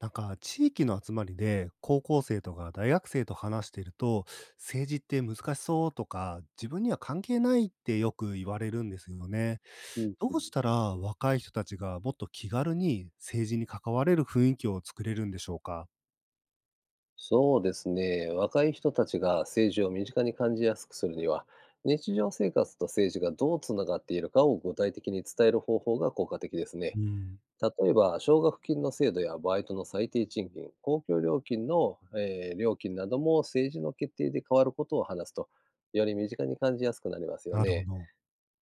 なんか地域の集まりで高校生とか大学生と話していると、政治って難しそうとか自分には関係ないってよく言われるんですよね。うんどううん、したら若い人たちがもっと気軽に政治に関われる雰囲気を作れるんでしょうか。そうですね。若い人たちが政治を身近に感じやすくするには、日常生活と政治がどうつながっているかを具体的に伝える方法が効果的ですうね。ん、例えば、奨学金の制度やバイトの最低賃金、公共料金の、料金なども政治の決定で変わることを話すと、より身近に感じやすくなりますよなるほね。ど。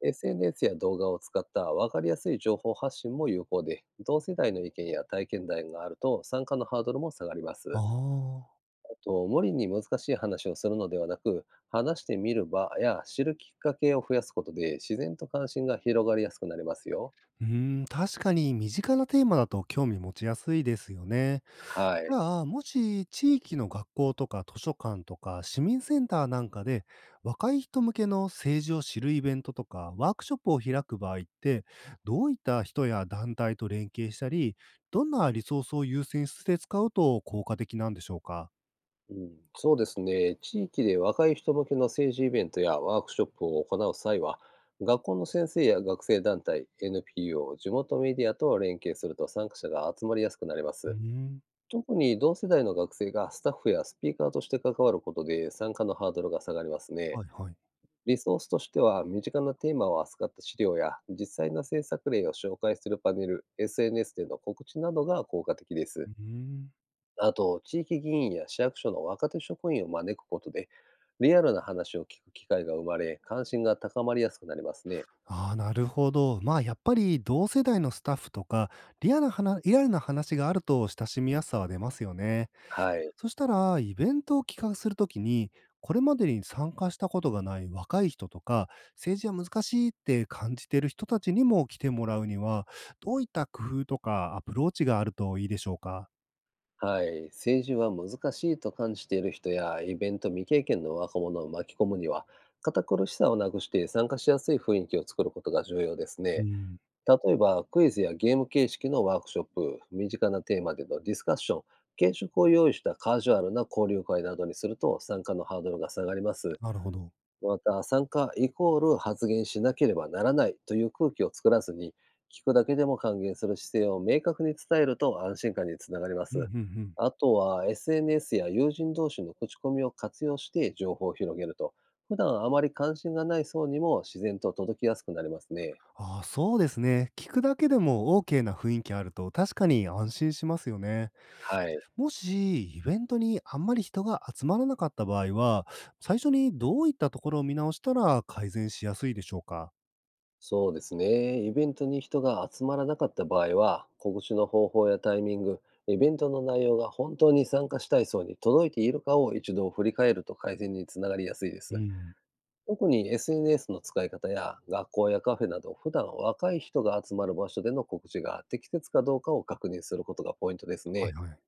SNS や動画を使った分かりやすい情報発信も有効で、同世代の意見や体験談があると参加のハードルも下がりまあす。あ。と無理に難しい話をするのではなく、話してみる場や知るきっかけを増やすことで、自然と関心が広がりやすくなりますよ。うー確かに身近なテーマだと興味持ちやすいですよね。はじい。ゃあ、もし地域の学校とか図書館とか市民センターなんかで若い人向けの政治を知るイベントとかワークショップを開く場合って、どういった人や団体と連携したり、どんなリソースを優先して使うと効果的なんでしょうか。うん、そうですね。地域で若い人向けの政治イベントやワークショップを行う際は、学校の先生や学生団体、NPO、地元メディアと連携すると参加者が集まりやすくなりまうーす。ん。特に同世代の学生がスタッフやスピーカーとして関わることで参加のハードルが下がりますね。はいはい。リソースとしては、身近なテーマを扱った資料や、実際の制作例を紹介するパネル、SNS での告知などが効果的です。うーん。あと、地域議員や市役所の若手職員を招くことで、リアルな話を聞く機会が生まれ、関心が高まりやすくなりますね。ああ、なるほど。まあ、やっぱり同世代のスタッフとか、リアルな話があると親しみやすさは出ますよね。はい。そしたら、イベントを企画するときに、これまでに参加したことがない若い人とか、政治は難しいって感じている人たちにも来てもらうには、どういった工夫とかアプローチがあるといいでしょうか？はい。政治は難しいと感じている人や、イベント未経験の若者を巻き込むには、堅苦しさをなくして参加しやすい雰囲気を作ることが重要ですうね。ん、例えば、クイズやゲーム形式のワークショップ、身近なテーマでのディスカッション、軽食を用意したカジュアルな交流会などにすると参加のハードルが下がります。なるほど。また、参加イコール発言しなければならないという空気を作らずに、聞くだけでも還元する姿勢を明確に伝えると安心感につながりまうんうんうす。ん。あとは、SNS や友人同士の口コミを活用して情報を広げると、普段あまり関心がない層にも自然と届きやすくなりますね。ああ、そうですね。聞くだけでも OK な雰囲気あると確かに安心しますよね。はい。もしイベントにあんまり人が集まらなかった場合は、最初にどういったところを見直したら改善しやすいでしょうか？そうですね。イベントに人が集まらなかった場合は、告知の方法やタイミング、イベントの内容が本当に参加したい層に届いているかを一度振り返ると改善につながりやすいでうす。ん。特に SNS の使い方や学校やカフェなど普段若い人が集まる場所での告知が適切かどうかを確認することがポイントですはいね。はい。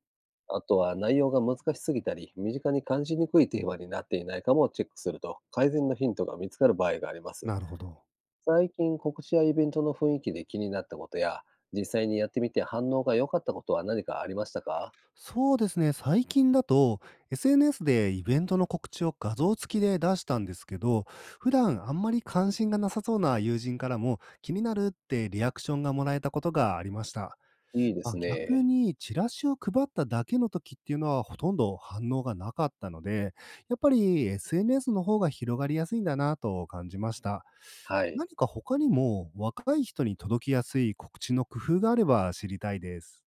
あとは内容が難しすぎたり身近に感じにくいテーマになっていないかもチェックすると改善のヒントが見つかる場合があります。なるほど。最近告知やイベントの雰囲気で気になったことや、実際にやってみて反応が良かったことは何かありましたか。そうですね、最近だと SNS でイベントの告知を画像付きで出したんですけど、普段あんまり関心がなさそうな友人からも気になるってリアクションがもらえたことがありました。いいでますあ、逆ね。にチラシを配っただけの時っていうのはほとんど反応がなかったので、やっぱり SNS の方が広がりやすいんだなと感じました。はい。何か他にも若い人に届きやすい告知の工夫があれば知りたいです。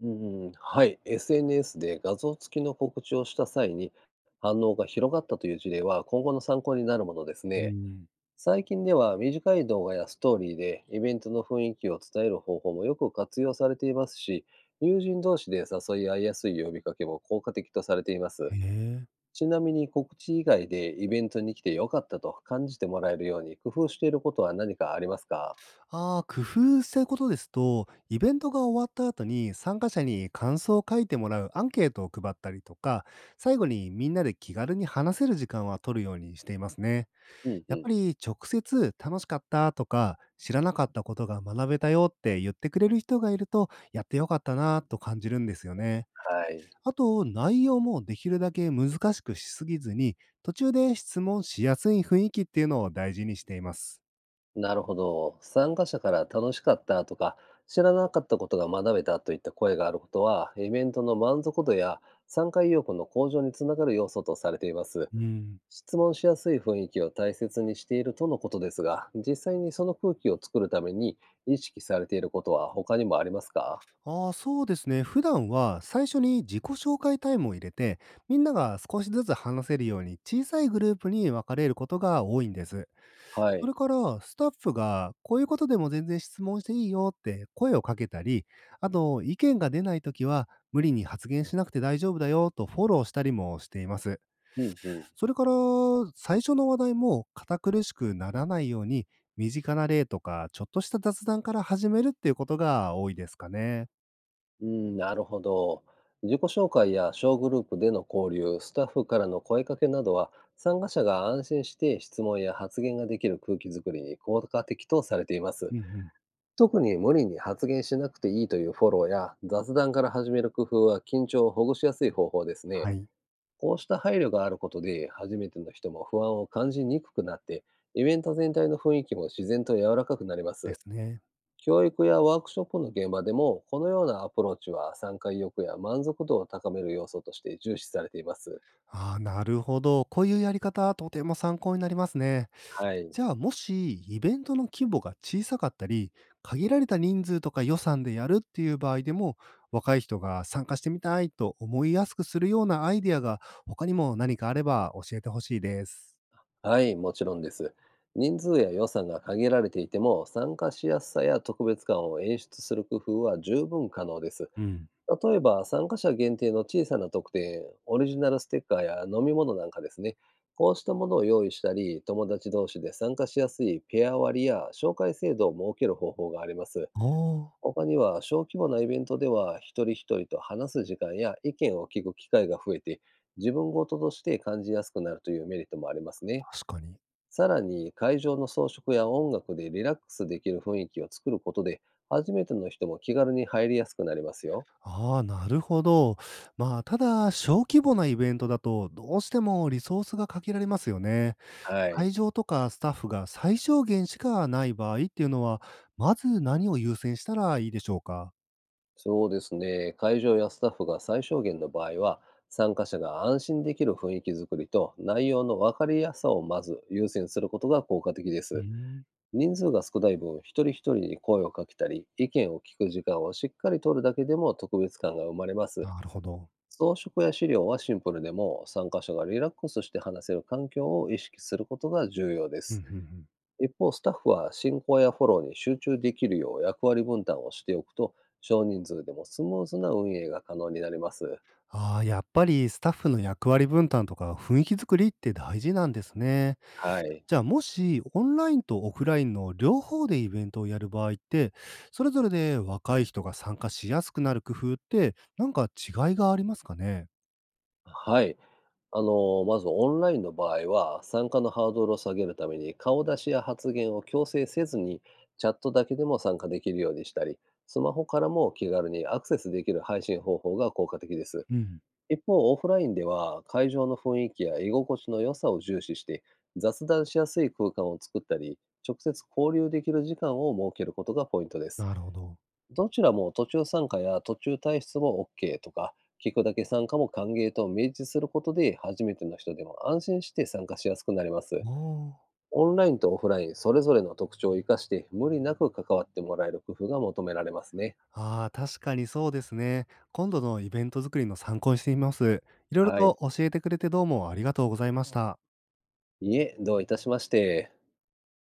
うんうん。はい。SNS で画像付きの告知をした際に反応が広がったという事例は今後の参考になるものですうね。ん、最近では短い動画やストーリーでイベントの雰囲気を伝える方法もよく活用されていますし、友人同士で誘い合いやすい呼びかけも効果的とされています。へえ。ちなみに告知以外でイベントに来て良かったと感じてもらえるように工夫していることは何かありますか？ああ、工夫してることですと、イベントが終わった後に参加者に感想を書いてもらうアンケートを配ったりとか、最後にみんなで気軽に話せる時間は取るようにしていますね。うんうやっぱん。り直接楽しかったとか、知らなかったことが学べたよって言ってくれる人がいると、やってよかったなと感じるんですよね。はい。あと、内容もできるだけ難しくしすぎずに、途中で質問しやすい雰囲気っていうのを大事にしています。なるほど。参加者から楽しかったとか、知らなかったことが学べたといった声があることは、イベントの満足度や参加意欲の向上につながる要素とされています。うん。質問しやすい雰囲気を大切にしているとのことですが、実際にその空気を作るために意識されていることは他にもありますか？ああ、そうですね。普段は最初に自己紹介タイムを入れて、みんなが少しずつ話せるように小さいグループに分かれることが多いんです。はそれい。からスタッフがこういうことでも全然質問していいよって声をかけたり、あと意見が出ないときは無理に発言しなくて大丈夫だよとフォローしたりもしています。うんうん。それから最初の話題も堅苦しくならないように、身近な例とかちょっとした雑談から始めるっていうことが多いですかね。うん、なるほど。自己紹介や小グループでの交流、スタッフからの声かけなどは、参加者が安心して質問や発言ができる空気づくりに効果的とされていまうす。んうん。特に無理に発言しなくていいというフォローや雑談から始める工夫は緊張をほぐしやすい方法ですね。はい、こうした配慮があることで、初めての人も不安を感じにくくなって、イベント全体の雰囲気も自然と柔らかくなりまです。すね。教育やワークショップの現場でも、このようなアプローチは参加意欲や満足度を高める要素として重視されています。ああ、なるほど。こういうやり方、とても参考になりますね。はい。じゃあ、もし、イベントの規模が小さかったり、限られた人数とか予算でやるっていう場合でも、若い人が参加してみたいと思いやすくするようなアイディアが、他にも何かあれば教えてほしいです。はい、もちろんです。人数や予算が限られていても、参加しやすさや特別感を演出する工夫は十分可能です。うん。例えば、参加者限定の小さな特典、オリジナルステッカーや飲み物なんかですね。こうしたものを用意したり、友達同士で参加しやすいペア割りや紹介制度を設ける方法があります。ああ、他には小規模なイベントでは一人一人と話す時間や意見を聞く機会が増えて自分ごととして感じやすくなるというメリットもありますね。確かに。さらに会場の装飾や音楽でリラックスできる雰囲気を作ることで初めての人も気軽に入りやすくなりますよ。ああ、なるほど。まあ、ただ、小規模なイベントだと、どうしてもリソースが限られますよね。は会い。場とかスタッフが最小限しかない場合っていうのは、まず何を優先したらいいでしょうか？そうですね。会場やスタッフが最小限の場合は、参加者が安心できる雰囲気づくりと内容の分かりやすさをまず優先することが効果的でうーす。ん。人数が少ない分、一人一人に声をかけたり、意見を聞く時間をしっかり取るだけでも特別感が生まれます。なるほど。装飾や資料はシンプルでも、参加者がリラックスして話せる環境を意識することが重要でうん、うす。んうん。一方、スタッフは進行やフォローに集中できるよう役割分担をしておくと、少人数でもスムーズな運営が可能になります。ああ、やっぱりスタッフの役割分担とか雰囲気作りって大事なんですね。はい。じゃあ、もしオンラインとオフラインの両方でイベントをやる場合って、それぞれで若い人が参加しやすくなる工夫って、なんか違いがありますかね？はい。あの、まずオンラインの場合は、参加のハードルを下げるために、顔出しや発言を強制せずに、チャットだけでも参加できるようにしたり、スマホからも気軽にアクセスできる配信方法が効果的です。うん。一方、オフラインでは、会場の雰囲気や居心地の良さを重視して、雑談しやすい空間を作ったり、直接交流できる時間を設けることがポイントです。なるほど。どちらも途中参加や途中退出も OK とか、聞くだけ参加も歓迎と明示することで、初めての人でも安心して参加しやすくなりまあす。あ。オンラインとオフライン、それぞれの特徴を生かして、無理なく関わってもらえる工夫が求められますね。ああ、確かにそうですね。今度のイベント作りの参考にしてみます。いろいろはとい。教えてくれてどうもありがとうございました。いえ、どういたしまして。